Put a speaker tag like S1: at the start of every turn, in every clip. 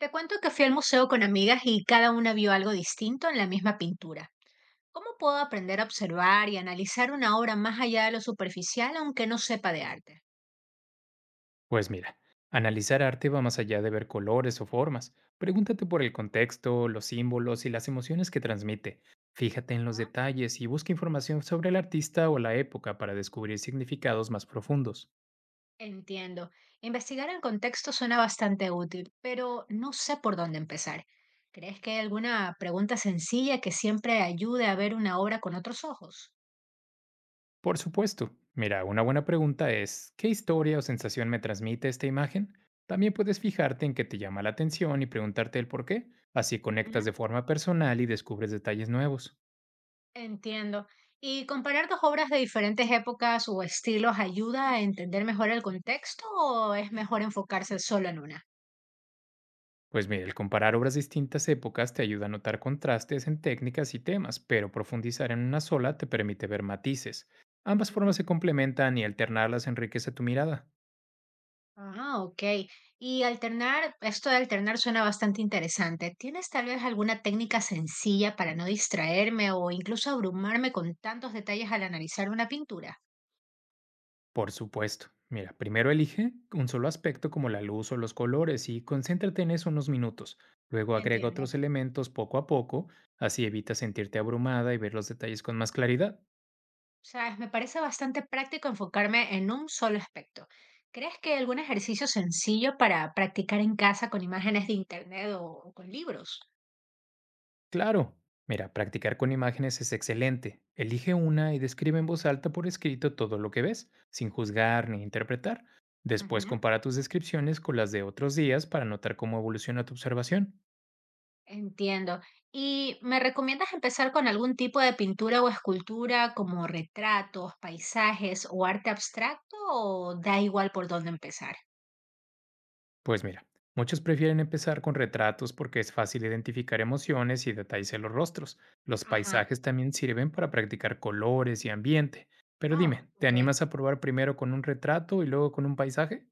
S1: Te cuento que fui al museo con amigas y cada una vio algo distinto en la misma pintura. ¿Cómo puedo aprender a observar y analizar una obra más allá de lo superficial aunque no sepa de arte?
S2: Pues mira, analizar arte va más allá de ver colores o formas. Pregúntate por el contexto, los símbolos y las emociones que transmite. Fíjate en los detalles y busca información sobre el artista o la época para descubrir significados más profundos.
S1: Entiendo. Investigar el contexto suena bastante útil, pero no sé por dónde empezar. ¿Crees que hay alguna pregunta sencilla que siempre ayude a ver una obra con otros ojos?
S2: Por supuesto, mira, una buena pregunta es, ¿qué historia o sensación me transmite esta imagen? También puedes fijarte en qué te llama la atención y preguntarte el por qué. Así conectas de forma personal y descubres detalles nuevos.
S1: Entiendo. ¿Y comparar dos obras de diferentes épocas o estilos ayuda a entender mejor el contexto o es mejor enfocarse solo en una?
S2: Pues mire, el comparar obras de distintas épocas te ayuda a notar contrastes en técnicas y temas, pero profundizar en una sola te permite ver matices. Ambas
S1: Ujú.
S2: formas se complementan y alternarlas enriquece tu mirada.
S1: Ah, ok. Y alternar, esto de alternar suena bastante interesante. ¿Tienes tal vez alguna técnica sencilla para no distraerme o incluso abrumarme con tantos detalles al analizar una pintura?
S2: Por supuesto. Mira, primero elige un solo aspecto como la luz o los colores y concéntrate en eso unos minutos. Luego agrega
S1: Entiendo.
S2: otros elementos poco a poco, así evitas sentirte abrumada y ver los detalles con más claridad.
S1: Sabes, me parece bastante práctico enfocarme en un solo aspecto. ¿Crees que algún ejercicio sencillo para practicar en casa con imágenes de internet o con libros?
S2: Claro. Mira, practicar con imágenes es excelente. Elige una y describe en voz alta por escrito todo lo que ves, sin juzgar ni interpretar. Después
S1: Ujú,
S2: compara tus descripciones con las de otros días para notar cómo evoluciona tu observación.
S1: entiendo. ¿Y me recomiendas empezar con algún tipo de pintura o escultura como retratos, paisajes o arte abstracto o da igual por dónde empezar?
S2: Pues mira, muchos prefieren empezar con retratos porque es fácil identificar emociones y detalles en los rostros. Los
S1: Ajá.
S2: paisajes también sirven para practicar colores y ambiente. Pero
S1: Oh,
S2: dime, ¿te
S1: ok.
S2: animas a probar primero con un retrato y luego con un paisaje?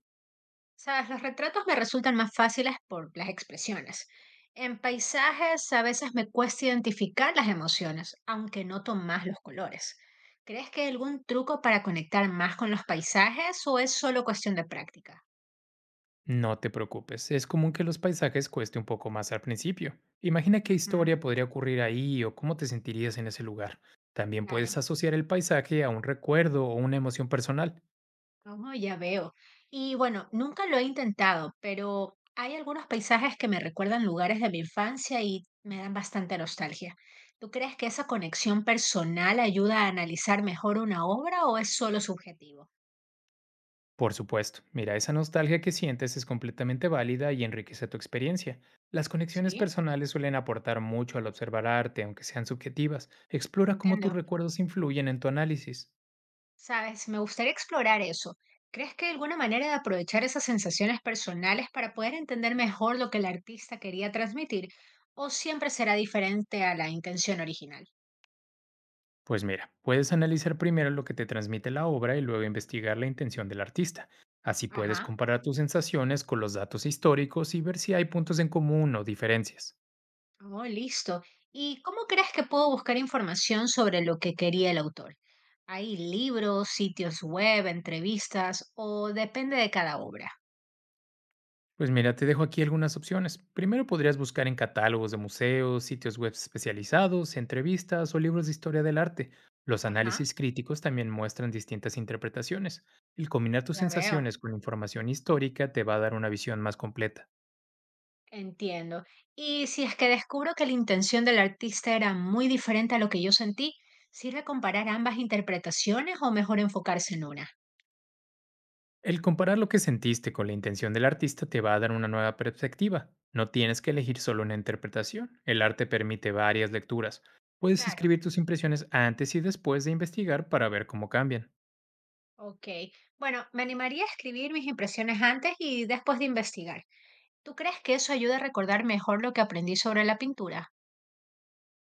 S1: Sabes, los retratos me resultan más fáciles por las expresiones. En paisajes a veces me cuesta identificar las emociones, aunque noto más los colores. ¿Crees que hay algún truco para conectar más con los paisajes o es solo cuestión de práctica?
S2: No te preocupes, es común que los paisajes cueste un poco más al principio. Imagina qué
S1: Ujú,
S2: historia podría ocurrir ahí o cómo te sentirías en ese lugar. También puedes
S1: claro.
S2: asociar el paisaje a un recuerdo o una emoción personal.
S1: Oh, ya veo. Y bueno, nunca lo he intentado, pero hay algunos paisajes que me recuerdan lugares de mi infancia y me dan bastante nostalgia. ¿Tú crees que esa conexión personal ayuda a analizar mejor una obra o es solo subjetivo?
S2: Por supuesto, mira, esa nostalgia que sientes es completamente válida y enriquece tu experiencia. Las conexiones
S1: Sí,
S2: personales suelen aportar mucho al observar arte, aunque sean subjetivas.
S1: mm,
S2: Explora cómo tus
S1: entiendo.
S2: recuerdos influyen en tu análisis.
S1: Sabes, me gustaría explorar eso. ¿Crees que hay alguna manera de aprovechar esas sensaciones personales para poder entender mejor lo que el artista quería transmitir? ¿O siempre será diferente a la intención original?
S2: Pues mira, puedes analizar primero lo que te transmite la obra y luego investigar la intención del artista. Así puedes
S1: Ajá.
S2: comparar tus sensaciones con los datos históricos y ver si hay puntos en común o diferencias.
S1: Oh, listo. ¿Y cómo crees que puedo buscar información sobre lo que quería el autor? ¿Hay libros, sitios web, entrevistas o depende de cada obra?
S2: Pues mira, te dejo aquí algunas opciones. Primero podrías buscar en catálogos de museos, sitios web especializados, entrevistas o libros de historia del arte. Los
S1: Ajá,
S2: análisis críticos también muestran distintas interpretaciones. El combinar tus
S1: ya veo,
S2: sensaciones con información histórica te va a dar una visión más completa.
S1: entiendo. Y si es que descubro que la intención del artista era muy diferente a lo que yo sentí, ¿sirve comparar ambas interpretaciones o mejor enfocarse en una?
S2: El comparar lo que sentiste con la intención del artista te va a dar una nueva perspectiva. No tienes que elegir solo una interpretación. El arte permite varias lecturas. Puedes
S1: Claro,
S2: escribir tus impresiones antes y después de investigar para ver cómo cambian.
S1: ok. Bueno, me animaría a escribir mis impresiones antes y después de investigar. ¿Tú crees que eso ayuda a recordar mejor lo que aprendí sobre la pintura?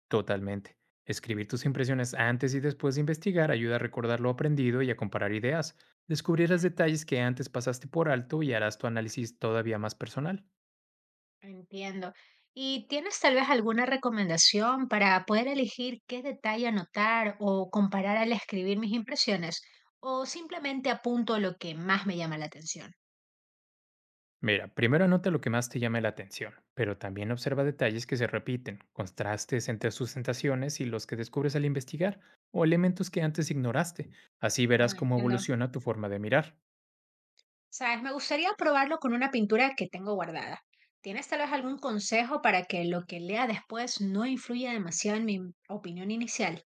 S2: Totalmente. Escribir tus impresiones antes y después de investigar ayuda a recordar lo aprendido y a comparar ideas.
S1: Ujú.
S2: Descubrirás detalles que antes pasaste por alto y harás tu análisis todavía más personal.
S1: Entiendo. ¿Y tienes tal vez alguna recomendación para poder elegir qué detalle anotar o comparar al escribir mis impresiones? ¿O simplemente apunto lo que más me llama la atención?
S2: Mira, primero anota lo que más te llame la atención, pero también observa detalles que se repiten, contrastes entre sus sensaciones y los que descubres al investigar, o elementos que antes ignoraste. Así
S1: Oh,
S2: verás cómo
S1: entiendo.
S2: evoluciona tu forma de mirar.
S1: Sabes, me gustaría probarlo con una pintura que tengo guardada. ¿Tienes tal vez algún consejo para que lo que lea después no influya demasiado en mi opinión inicial?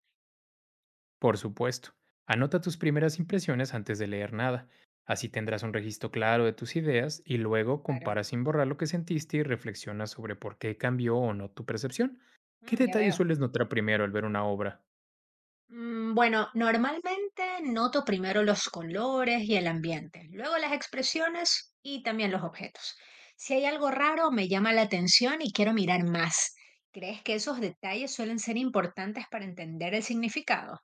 S2: Por supuesto, anota tus primeras impresiones antes de leer nada. Así tendrás un registro claro de tus ideas y luego
S1: Claro.
S2: compara sin borrar lo que sentiste y reflexiona sobre por qué cambió o no tu percepción. ¿Qué
S1: Mm, ya
S2: detalles
S1: veo.
S2: sueles notar primero al ver una obra?
S1: Mm, bueno, normalmente noto primero los colores y el ambiente, luego las expresiones y también los objetos. Si hay algo raro, me llama la atención y quiero mirar más. ¿Crees que esos detalles suelen ser importantes para entender el significado?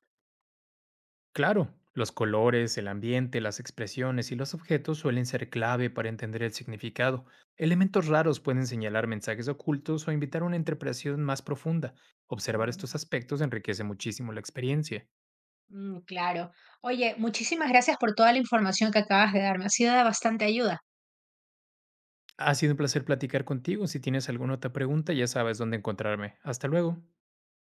S2: Claro, los colores, el ambiente, las expresiones y los objetos suelen ser clave para entender el significado. Elementos raros pueden señalar mensajes ocultos o invitar a una interpretación más profunda. Observar
S1: Mm,
S2: estos aspectos enriquece muchísimo la experiencia.
S1: mm, claro. Oye, muchísimas gracias por toda la información que acabas de darme. Ha sido de bastante ayuda.
S2: Ha sido un placer platicar contigo. Si tienes alguna otra pregunta, ya sabes dónde encontrarme. Hasta luego.